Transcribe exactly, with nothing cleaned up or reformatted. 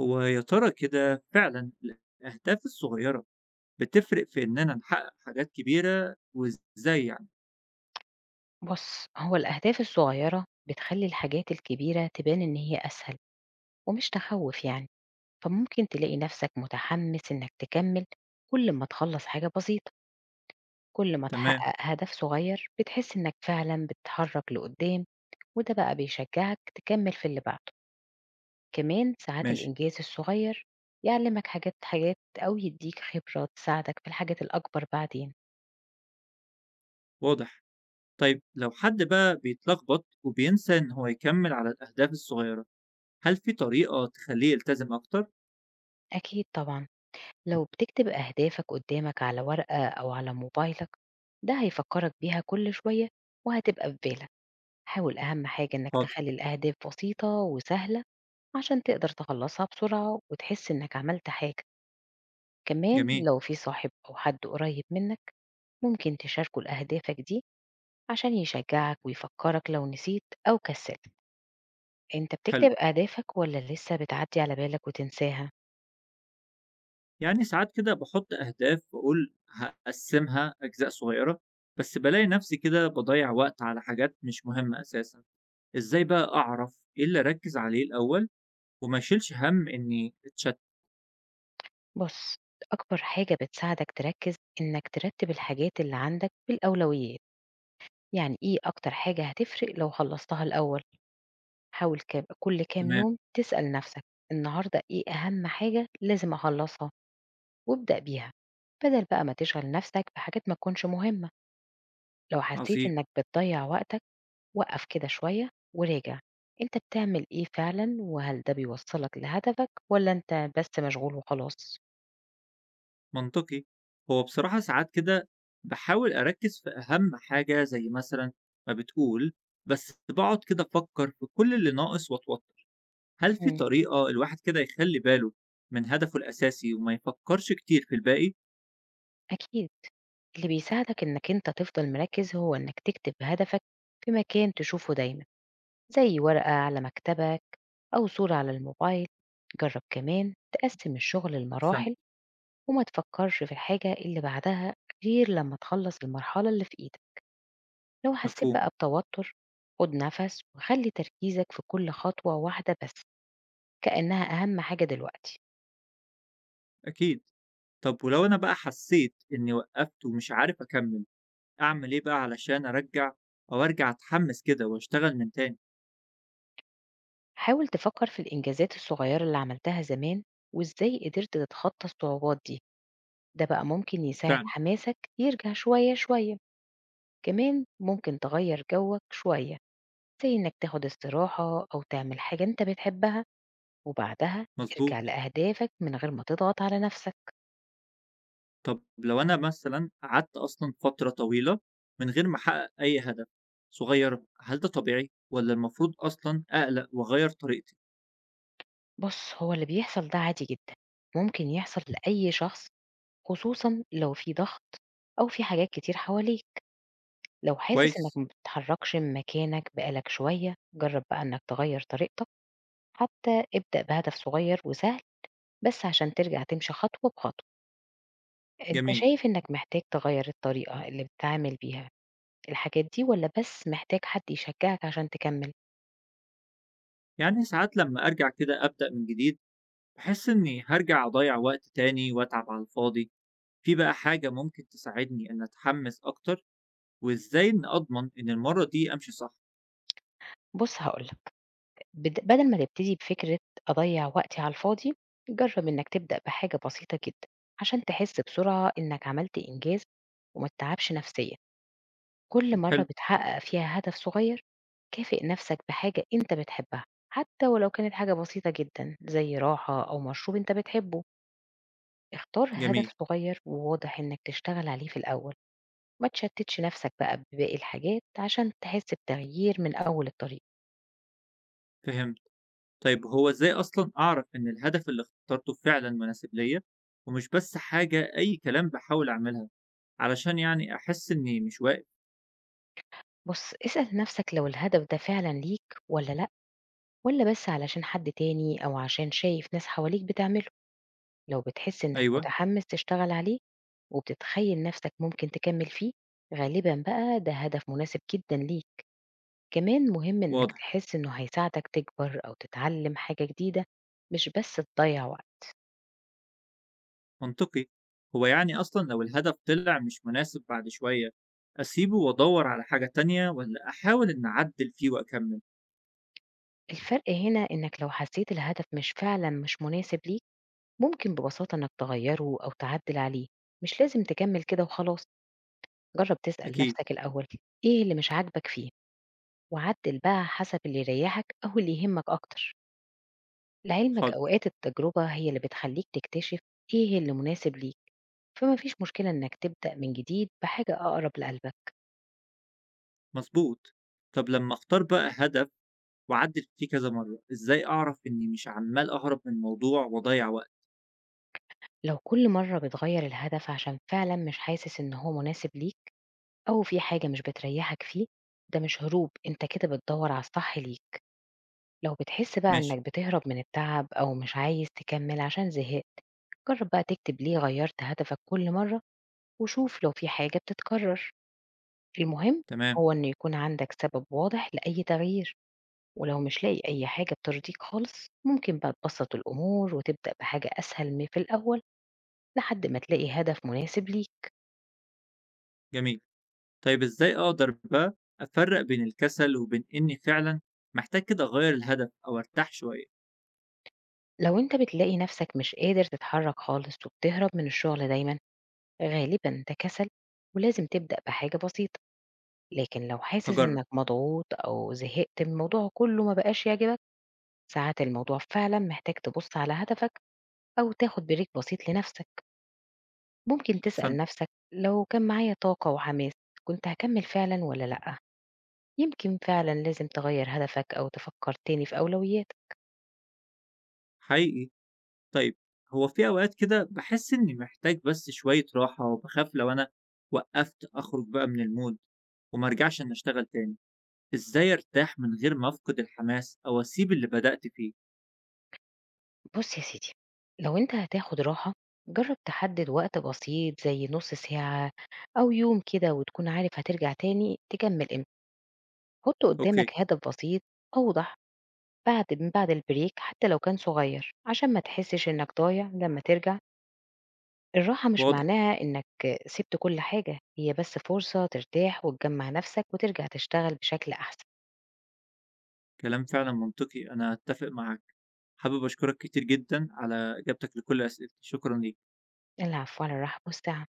هو يا ترى كده فعلا الأهداف الصغيرة بتفرق في إننا نحقق حاجات كبيرة وإزاي يعني؟ بُص، هو الأهداف الصغيرة بتخلّي الحاجات الكبيرة تبان إن هي أسهل ومش تخوّف يعني، فممكن تلاقي نفسك متحمس إنك تكمّل كل ما تخلّص حاجة بسيطة، كل ما تمام. تحقق هدف صغير بتحس إنك فعلًا بتتحرك لقدّام وده بقى بيشجّعك تكمّل في اللي بعده، كمان ساعات ماشي. الإنجاز الصغير يعلّمك حاجات حاجات أو يدّيك خبرة تساعدك في الحاجات الأكبر بعدين، واضح. طيب لو حد بقى بيتلخبط وبينسى إن هو يكمل على الأهداف الصغيرة، هل في طريقة تخليه يلتزم أكتر؟ أكيد طبعًا. لو بتكتب أهدافك قدامك على ورقة أو على موبايلك ده هيفكرك بيها كل شوية وهتبقى في بالك، حاول أهم حاجة إنك حاضر. تخلي الأهداف بسيطة وسهلة عشان تقدر تخلصها بسرعة وتحس إنك عملت حاجة. كمان جميل. لو في صاحب أو حد قريب منك ممكن تشاركه لأهدافك دي عشان يشجعك ويفكرك لو نسيت أو كسلت. انت حلو. بتكتب أهدافك ولا لسه بتعدي على بالك وتنساها؟ يعني ساعات كده بحط أهداف وأقول هقسمها أجزاء صغيرة، بس بلاقي نفسي كده بضيع وقت على حاجات مش مهمة أساسا. إزاي بقى أعرف إيه اللي أركز عليه الأول وما يشيلش هَم إني أتشتّت، بُص، أكبر حاجة بتساعدك تركّز إنك ترتّب الحاجات اللي عندك بالأولويات، يعني إيه أكتر حاجة هتفرق لو خلّصتها الأول؟ حاول ك كل كام تمام، يوم تسأل نَفْسك، النهارده إيه أهم حاجة لازم أخلّصها وابدأ بيها، بدل بقى ما تشغل نَفْسك بحاجات ما تكونش مهمة، لو حسيت عظيم، إنك بتضيّع وقتك وقّف كده شوية وراجع، أنت بتعمل إيه فعلًا وهل ده بيوصّلك لهدفك والّا أنت بس مشغول وخلاص؟ منطقي. هو بصراحة ساعات كده باحاول أركّز في أهم حاجة زي مثلًا ما بتقول، بس باقعد كده أفكّر في كل اللي ناقص وأتوتّر. هل في إمم. طريقة الواحد كده يخلّي باله من هدفه الأساسي وما يفكّرش كتير في الباقي؟ أكيد اللي بيساعدك إنك أنت تفضل مركز هو إنك تكتب هدفك في مكان تشوفه دايما، زي ورقة على مكتبك أو صورة على الموبايل. جرب كمان تقسم الشغل أحسنت، لمراحل وما تفكرش في الحاجة اللي بعدها غير لما تخلص المرحلة اللي في إيدك. لو حسيت مفهوم، بقى بتوتر خد نفس وخلي تركيزك في كل خطوة واحدة بس كأنها أهم حاجة دلوقتي. أكيد. طب ولو أنا بقى حسّيت إني وقّفت ومش عارف أكمّل، أعمل إيه بقى علشان أرجّع أو أرجع أتحمّس كده وأشتغل من تاني؟ حاول تفكر في الإنجازات الصغيرة اللي عملتها زمان وإزاي قدرت تتخطى الصعوبات دي، ده بقى ممكن يساعد فعلًا، حماسك يرجع شوية شوية. كمان ممكن تغير جوك شوية، زي إنك تاخد استراحة أو تعمل حاجة أنت بتحبها، وبعدها ارجع مضبوط. لأهدافك من غير ما تضغط على نفسك. طب لو أنا مثلًا قعدت أصلًا فترة طويلة من غير ما أحقق أي هدف صغيرة، هل ده طبيعي والّا المفروض أصلًا أقلق وأغيّر طريقتي؟ بص هو اللي بيحصل ده عادي جدا، ممكن يحصل لأي شخص خصوصا لو في ضغط أو في حاجات كتير حواليك. لو حاسس إنك كويس، ما بتتحركش من مكانك بقالك شوية جرب بقى إنك تغير طريقتك، حتى ابدأ بهدف صغير وسهل بس عشان ترجع تمشي خطوة بخطوة. أنت جميل، شايف إنك محتاج تغيّر الطريقة اللي بتتعامل بيها الحاجات دي والّا بس محتاج حد يشجّعك عشان تكمّل؟ يعني ساعات لمّا أرجع كده أبدأ من جديد باحس إني هارجع أضيّع وقت تاني وأتعب على الفاضي، في بقى حاجة ممكن تساعدني إني أتحمس أكتر، وإزاي إني أضمن إن المرّة دي أمشي صح؟ بُص هاقول لك، بد بدل ما تبتدي بفكرة أضيّع وقتي على الفاضي، جرّب إنك تبدأ بحاجة بسيطة جدًا عشان تحس بسرعة إنك عملت إنجاز وما تتعبش نفسيًا. كل إمم. مرّة حلو، بتحقق فيها هدف صغير، كافئ نفسك بحاجة أنت بتحبها، حتى ولو كانت حاجة بسيطة جدًا زي راحة أو مشروب أنت بتحبه. اختار هدف جميل، صغير وواضح إنك تشتغل عليه في الأول. ما تشتتش نفسك بقى بباقي الحاجات عشان تحس بتغيير من أول الطريق. فهمت. طيب هو إزاي أصلًا أعرف إن الهدف اللي اخترته فعلًا مناسب ليّا، ومش بس حاجة أي كلام باحاول أعملها، علشان يعني أحس إني مش واقف. بص اسأل نفسك لو الهدف ده فعلا ليك ولا لأ، ولا بس علشان حد تاني أو عشان شايف ناس حواليك بتعمله. لو بتحس إنك أيوه. متحمس تشتغل عليه وبتتخيل نفسك ممكن تكمل فيه غالبا بقى ده هدف مناسب جدا ليك. كمان مهم إنك واضح، تحس إنه هيساعدك تكبر أو تتعلم حاجة جديدة، مش بس تضيع وقت. منطقي، هو يعني أصلًا لو الهدف طلع مش مناسب بعد شوية، أسيبه وأدوّر على حاجة تانية والّا أحاول إني أعدّل فيه وأكمّل؟ الفرق هنا إنك لو حسيت الهدف مش فعلا مش مناسب ليك ممكن ببساطة إنك تغيره أو تعدل عليه، مش لازم تكمل كده وخلاص. جرب تسأل أكيد، نفسك الأول إيه اللي مش عاجبك فيه وعدل بقى حسب اللي يريحك أو اللي يهمك أكتر. لعلمك حاضر، أوقات التجربة هي اللي بتخليك تكتشف إيه اللي مناسب ليك، فما فيش مشكلة إنك تبدأ من جديد بحاجة أقرب لقلبك. مضبوط. طب لمّا أختار بقى هدف وأعدّل فيه كذا مرّة، إزاي أعرف إني مش عمّال أهرب من الموضوع وأضيّع وقت؟ لو كل مرة بتغير الهدف عشان فعلا مش حاسس إن هو مناسب ليك أو في حاجة مش بتريحك فيه ده مش هروب، انت كده بتدور على الصح ليك. لو بتحس بقى ماشي، إنك بتهرب من التعب أو مش عايز تكمل عشان زهقت جرب بقى تكتب ليه غيرت هدفك كل مرة وشوف لو في حاجة بتتكرر. المهم تمام، هو إن يكون عندك سبب واضح لأي تغيير، ولو مش لاقي أي حاجة بترضيك خالص ممكن بقى تبسط الأمور وتبدأ بحاجة أسهل من في الأول لحد ما تلاقي هدف مناسب ليك. جميل. طيب إزاي أقدر بقى أفرق بين الكسل وبين إني فعلا محتاج كده أغير الهدف أو أرتاح شوية؟ لو أنت بتلاقي نفسك مش قادر تتحرك خالص وبتهرب من الشغل دايما غالبا ده كسل، ولازم تبدأ بحاجة بسيطة. لكن لو حاسس هجرب. إنك مضغوط أو زهقت من الموضوع كله ما بقاش يعجبك ساعات الموضوع فعلا محتاج تبص على هدفك أو تاخد بريك بسيط لنفسك. ممكن تسأل أحسنت. نفسك لو كان معايا طاقة وحماس كنت هكمل فعلا ولا لأ، يمكن فعلا لازم تغير هدفك أو تفكر تاني في أولوياتك. حقيقي. طيب هو في أوقات كده بحس إني محتاج بس شوية راحة وبخاف لو أنا وقفت أخرج بقى من المود وما أرجعش إن أشتغل تاني. إزاي أرتاح من غير ما أفقد الحماس أو أسيب اللي بدأت فيه؟ بص يا سيدي لو أنت هتاخد راحة جرب تحدد وقت بسيط زي نص ساعة أو يوم كده وتكون عارف هترجع تاني تكمل امتى. حط قدامك أوكي. هدف بسيط أوضح بعد من بعد البريك حتى لو كان صغير عشان ما تحسش إنك ضايع لما ترجع. الراحة مش واضح. معناها إنك سبت كل حاجة، هي بس فرصة ترتاح وتجمع نفسك وترجع تشتغل بشكل أحسن. كلام فعلا منطقي، أنا أتفق معاك. حابب أشكرك كتير جدا على إجابتك لكل أسئلتي، شكرا ليك. العفو، على الراحة مستعان.